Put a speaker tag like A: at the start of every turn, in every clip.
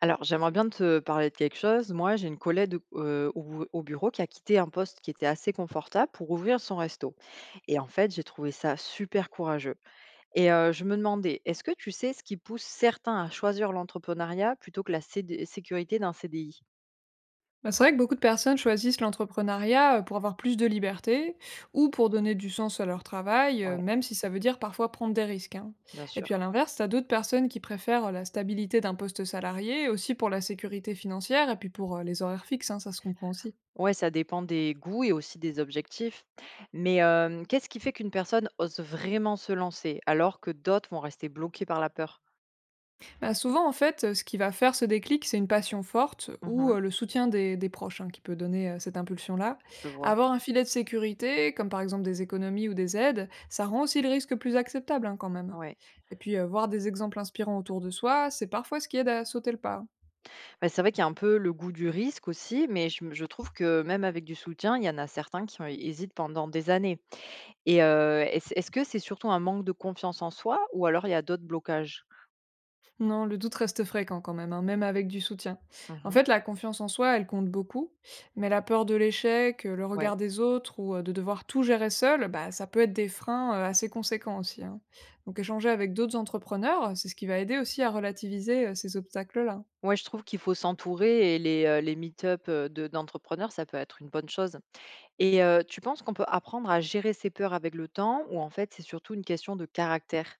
A: Alors, j'aimerais bien te parler de quelque chose. Moi, j'ai une collègue au, au bureau qui a quitté un poste qui était assez confortable pour ouvrir son resto. Et en fait, j'ai trouvé ça super courageux. Et je me demandais, est-ce que tu sais ce qui pousse certains à choisir l'entrepreneuriat plutôt que la CD sécurité d'un CDI?
B: Bah, c'est vrai que beaucoup de personnes choisissent l'entrepreneuriat pour avoir plus de liberté ou pour donner du sens à leur travail,
A: Ouais,
B: même si ça veut dire parfois prendre des risques, hein.
A: bien
B: Et
A: sûr.
B: puis à l'inverse, t'as d'autres personnes qui préfèrent la stabilité d'un poste salarié, aussi pour la sécurité financière et puis pour les horaires fixes, hein, ça se comprend aussi.
A: Ouais, ça dépend des goûts et aussi des objectifs. Mais qu'est-ce qui fait qu'une personne ose vraiment se lancer alors que d'autres vont rester bloquées par la peur?
B: Bah, souvent, en fait, ce qui va faire ce déclic, c'est une passion forte ou
A: Mhm,
B: le soutien des proches hein, qui peut donner cette impulsion-là.
A: je vois.
B: Avoir un filet de sécurité, comme par exemple des économies ou des aides, ça rend aussi le risque plus acceptable hein, quand même.
A: Ouais.
B: Et puis, voir des exemples inspirants autour de soi, c'est parfois ce qui aide à sauter le pas.
A: Bah, c'est vrai qu'il y a un peu le goût du risque aussi, mais je trouve que même avec du soutien, il y en a certains qui hésitent pendant des années et est-ce que c'est surtout un manque de confiance en soi ou alors il y a d'autres blocages?
B: Non, le doute reste fréquent quand même, hein, même avec du soutien. En
A: Mmh.
B: fait, la confiance en soi, elle compte beaucoup, mais la peur de l'échec, le
A: Ouais.
B: regard des autres ou de devoir tout gérer seul, bah, ça peut être des freins assez conséquents aussi, hein. Donc échanger avec d'autres entrepreneurs, c'est ce qui va aider aussi à relativiser ces obstacles-là.
A: Ouais, je trouve qu'il faut s'entourer et les meet-up, de d'entrepreneurs, ça peut être une bonne chose et tu penses qu'on peut apprendre à gérer ses peurs avec le temps ou en fait, c'est surtout une question de caractère?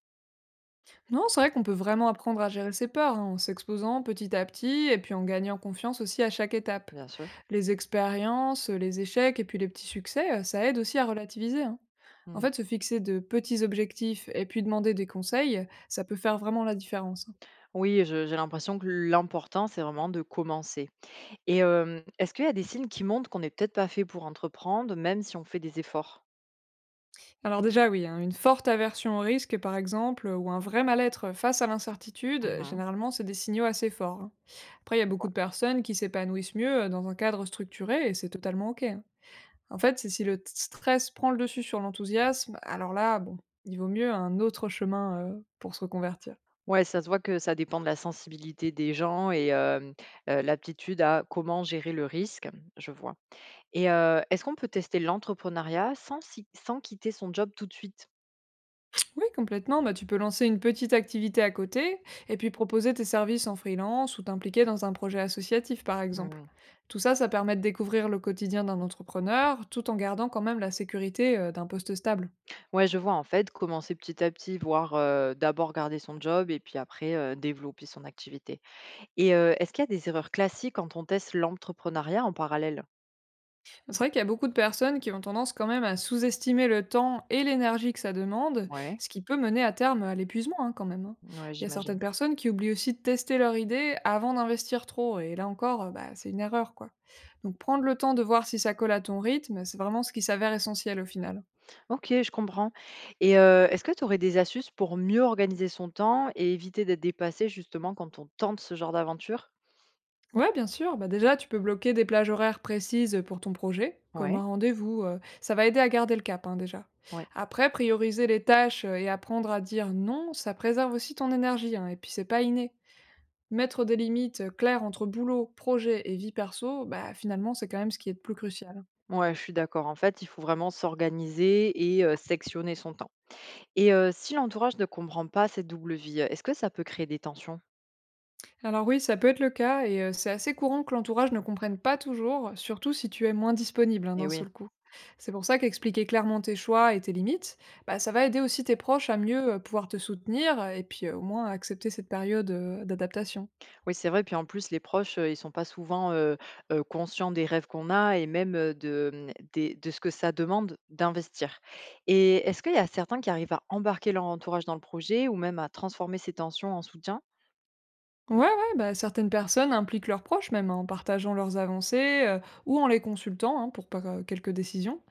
B: Non, c'est vrai qu'on peut vraiment apprendre à gérer ses peurs, hein, en s'exposant petit à petit et puis en gagnant confiance aussi à chaque étape.
A: Bien sûr.
B: Les expériences, les échecs et puis les petits succès, ça aide aussi à relativiser, hein. En
A: Mmh.
B: fait, se fixer de petits objectifs et puis demander des conseils, ça peut faire vraiment la différence, hein.
A: Oui, je j'ai l'impression que l'important, c'est vraiment de commencer. Et est-ce qu'il y a des signes qui montrent qu'on est peut-être pas fait pour entreprendre, même si on fait des efforts?
B: Alors déjà, oui, hein, une forte aversion au risque, par exemple, ou un vrai mal-être face à
A: Mmh
B: l'incertitude,
A: mh.
B: généralement, c'est des signaux assez forts, hein. Après, il y a beaucoup de personnes qui s'épanouissent mieux dans un cadre structuré et c'est totalement OK, hein. En fait, c'est si le t stress prend le dessus sur l'enthousiasme, alors là, bon, il vaut mieux un autre chemin, pour se reconvertir.
A: Ouais, ça se voit que ça dépend de la sensibilité des gens et l'aptitude à comment gérer le risque, je vois. Et est-ce qu'on peut tester l'entrepreneuriat sans si sans quitter son job tout de suite?
B: Oui, complètement, bah, tu peux lancer une petite activité à côté et puis proposer tes services en freelance ou t'impliquer dans un projet associatif, par exemple.
A: Mmh.
B: Tout ça, ça permet de découvrir le quotidien d'un entrepreneur, tout en gardant quand même la sécurité, d'un poste stable.
A: Ouais, je vois, en fait, commencer petit à petit, voire, d'abord garder son job et puis après, développer son activité. Et est-ce qu'il y a des erreurs classiques quand on teste l'entrepreneuriat en parallèle?
B: C'est vrai qu'il y a beaucoup de personnes qui ont tendance quand même à sous-estimer le temps et l'énergie que ça demande,
A: Ouais.
B: ce qui peut mener à terme à l'épuisement hein, quand même, hein.
A: Ouais,
B: Il y a
A: j'imagine.
B: certaines personnes qui oublient aussi de tester leur idée avant d'investir trop, et là encore, bah, c'est une erreur quoi. Donc prendre le temps de voir si ça colle à ton rythme, c'est vraiment ce qui s'avère essentiel au final.
A: OK, je comprends et est-ce que tu aurais des astuces pour mieux organiser son temps et éviter d'être dépassé justement quand on tente ce genre d'aventure?
B: Ouais, bien sûr. Bah déjà, tu peux bloquer des plages horaires précises pour ton projet, comme
A: Ouais,
B: un rendez-vous. Ça va aider à garder le cap, hein, déjà.
A: ouais,
B: Après, prioriser les tâches et apprendre à dire non, ça préserve aussi ton énergie, hein, et puis, c'est pas inné. Mettre des limites claires entre boulot, projet et vie perso, bah finalement, c'est quand même ce qui est le plus crucial.
A: ouais, je suis d'accord. En fait, il faut vraiment s'organiser et sectionner son temps et si l'entourage ne comprend pas cette double vie, est-ce que ça peut créer des tensions?
B: Alors oui, ça peut être le cas et c'est assez courant que l'entourage ne comprenne pas toujours, surtout si tu es moins disponible, hein,
A: Eh
B: d'un
A: oui.
B: seul coup. C'est pour ça qu'expliquer clairement tes choix et tes limites, bah, ça va aider aussi tes proches à mieux, pouvoir te soutenir et puis, au moins à accepter cette période, d'adaptation.
A: Oui, c'est vrai. Puis en plus, les proches, ils sont pas souvent, conscients des rêves qu'on a et même, de, mmh, des de ce que ça demande d'investir. Et est-ce qu'il y a certains qui arrivent à embarquer leur entourage dans le projet ou même à transformer ces tensions en soutien?
B: Ouais, ouais, bah, certaines personnes impliquent leurs proches même hein, en partageant leurs avancées ou en les consultant hein, pour quelques décisions.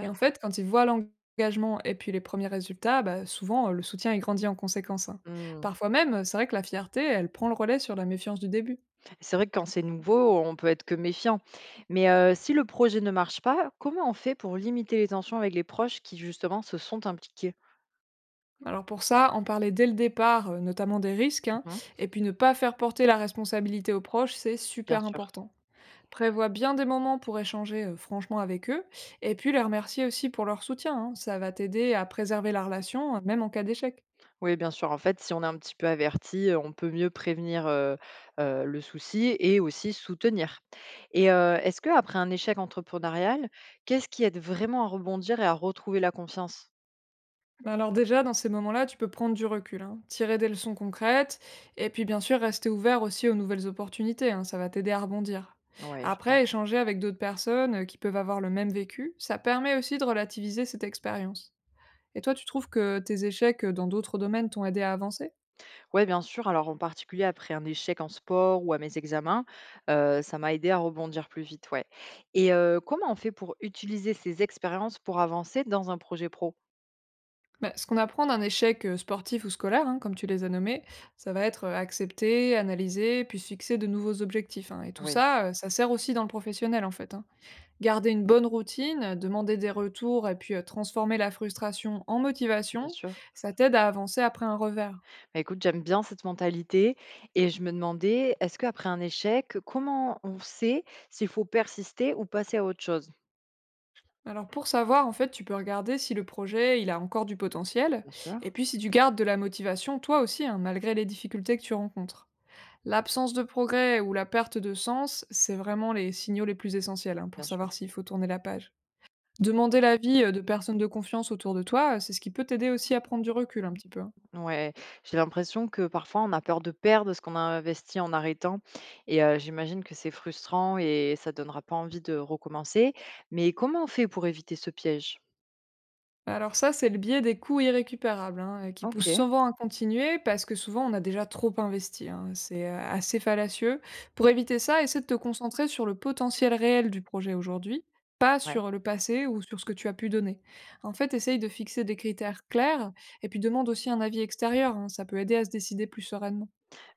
B: Et en fait, quand ils voient l'engagement et puis les premiers résultats, bah, souvent le soutien est grandi en conséquence, hein.
A: Mmh.
B: Parfois même, c'est vrai que la fierté, elle prend le relais sur la méfiance du début.
A: C'est vrai que quand c'est nouveau, on peut être que méfiant. Mais, si le projet ne marche pas, comment on fait pour limiter les tensions avec les proches qui justement se sont impliqués?
B: Alors pour ça, en parler dès le départ, notamment des risques, hein,
A: Mmh.
B: et puis ne pas faire porter la responsabilité aux proches, c'est
A: Bien
B: super
A: sûr.
B: important. Prévois bien des moments pour échanger franchement avec eux, et puis les remercier aussi pour leur soutien, hein. Ça va t'aider à préserver la relation, même en cas d'échec.
A: Oui, bien sûr. En fait, si on est un petit peu averti, on peut mieux prévenir, le souci et aussi soutenir. Et est-ce que après un échec entrepreneurial, qu'est-ce qui aide vraiment à rebondir et à retrouver la confiance?
B: Mais alors déjà, dans ces moments-là, tu peux prendre du recul, hein, tirer des leçons concrètes, et puis bien sûr rester ouvert aussi aux nouvelles opportunités, hein, ça va t'aider à rebondir.
A: Ouais, je vois.
B: Après, échanger avec d'autres personnes qui peuvent avoir le même vécu, ça permet aussi de relativiser cette expérience. Et toi, tu trouves que tes échecs dans d'autres domaines t'ont aidé à avancer.
A: Ouais, bien sûr. Alors, en particulier après un échec en sport ou à mes examens, ça m'a aidé à rebondir plus vite, ouais. Et comment on fait pour utiliser ces expériences pour avancer dans un projet pro?
B: Bah, ce qu'on apprend d'un échec sportif ou scolaire, hein, comme tu les as nommés, ça va être accepté, analysé, puis se fixer de nouveaux objectifs, hein. Et tout
A: Oui,
B: ça, ça sert aussi dans le professionnel en fait, hein. Garder une bonne routine, demander des retours et puis transformer la frustration en
A: bien
B: motivation,
A: sûr.
B: ça t'aide à avancer après un revers.
A: Bah, écoute, j'aime bien cette mentalité et je me demandais, est-ce qu'après un échec, comment on sait s'il faut persister ou passer à autre chose?
B: Alors pour savoir, en fait, tu peux regarder si le projet, il a encore du potentiel,
A: Bien
B: et
A: sûr.
B: puis si tu gardes de la motivation toi aussi, hein, malgré les difficultés que tu rencontres. L'absence de progrès ou la perte de sens, c'est vraiment les signaux les plus essentiels hein, pour
A: Bien sûr.
B: savoir s'il faut tourner la page. Demander l'avis de personnes de confiance autour de toi, c'est ce qui peut t'aider aussi à prendre du recul un petit peu, hein.
A: Ouais, j'ai l'impression que parfois on a peur de perdre ce qu'on a investi en arrêtant et j'imagine que c'est frustrant et ça donnera pas envie de recommencer. Mais comment on fait pour éviter ce piège?
B: Alors ça, c'est le biais des coûts irrécupérables, hein, qui pousse
A: OK.
B: souvent à continuer parce que souvent on a déjà trop investi, hein. C'est assez fallacieux. Pour éviter ça, essaie de te concentrer sur le potentiel réel du projet aujourd'hui, pas
A: Ouais.
B: sur le passé ou sur ce que tu as pu donner. En fait, essaye de fixer des critères clairs et puis demande aussi un avis extérieur, hein. Ça peut aider à se décider plus sereinement.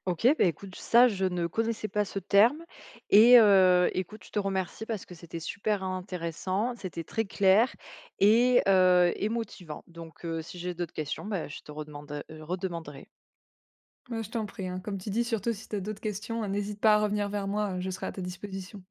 A: OK, bah, écoute, ça, je ne connaissais pas ce terme et écoute, je te remercie parce que c'était super intéressant, c'était très clair et motivant. Donc si j'ai d'autres questions, bah, je te redemanderai.
B: Ouais, je t'en prie, hein. Comme tu dis, surtout si tu as d'autres questions, n'hésite pas à revenir vers moi. Je serai à ta disposition.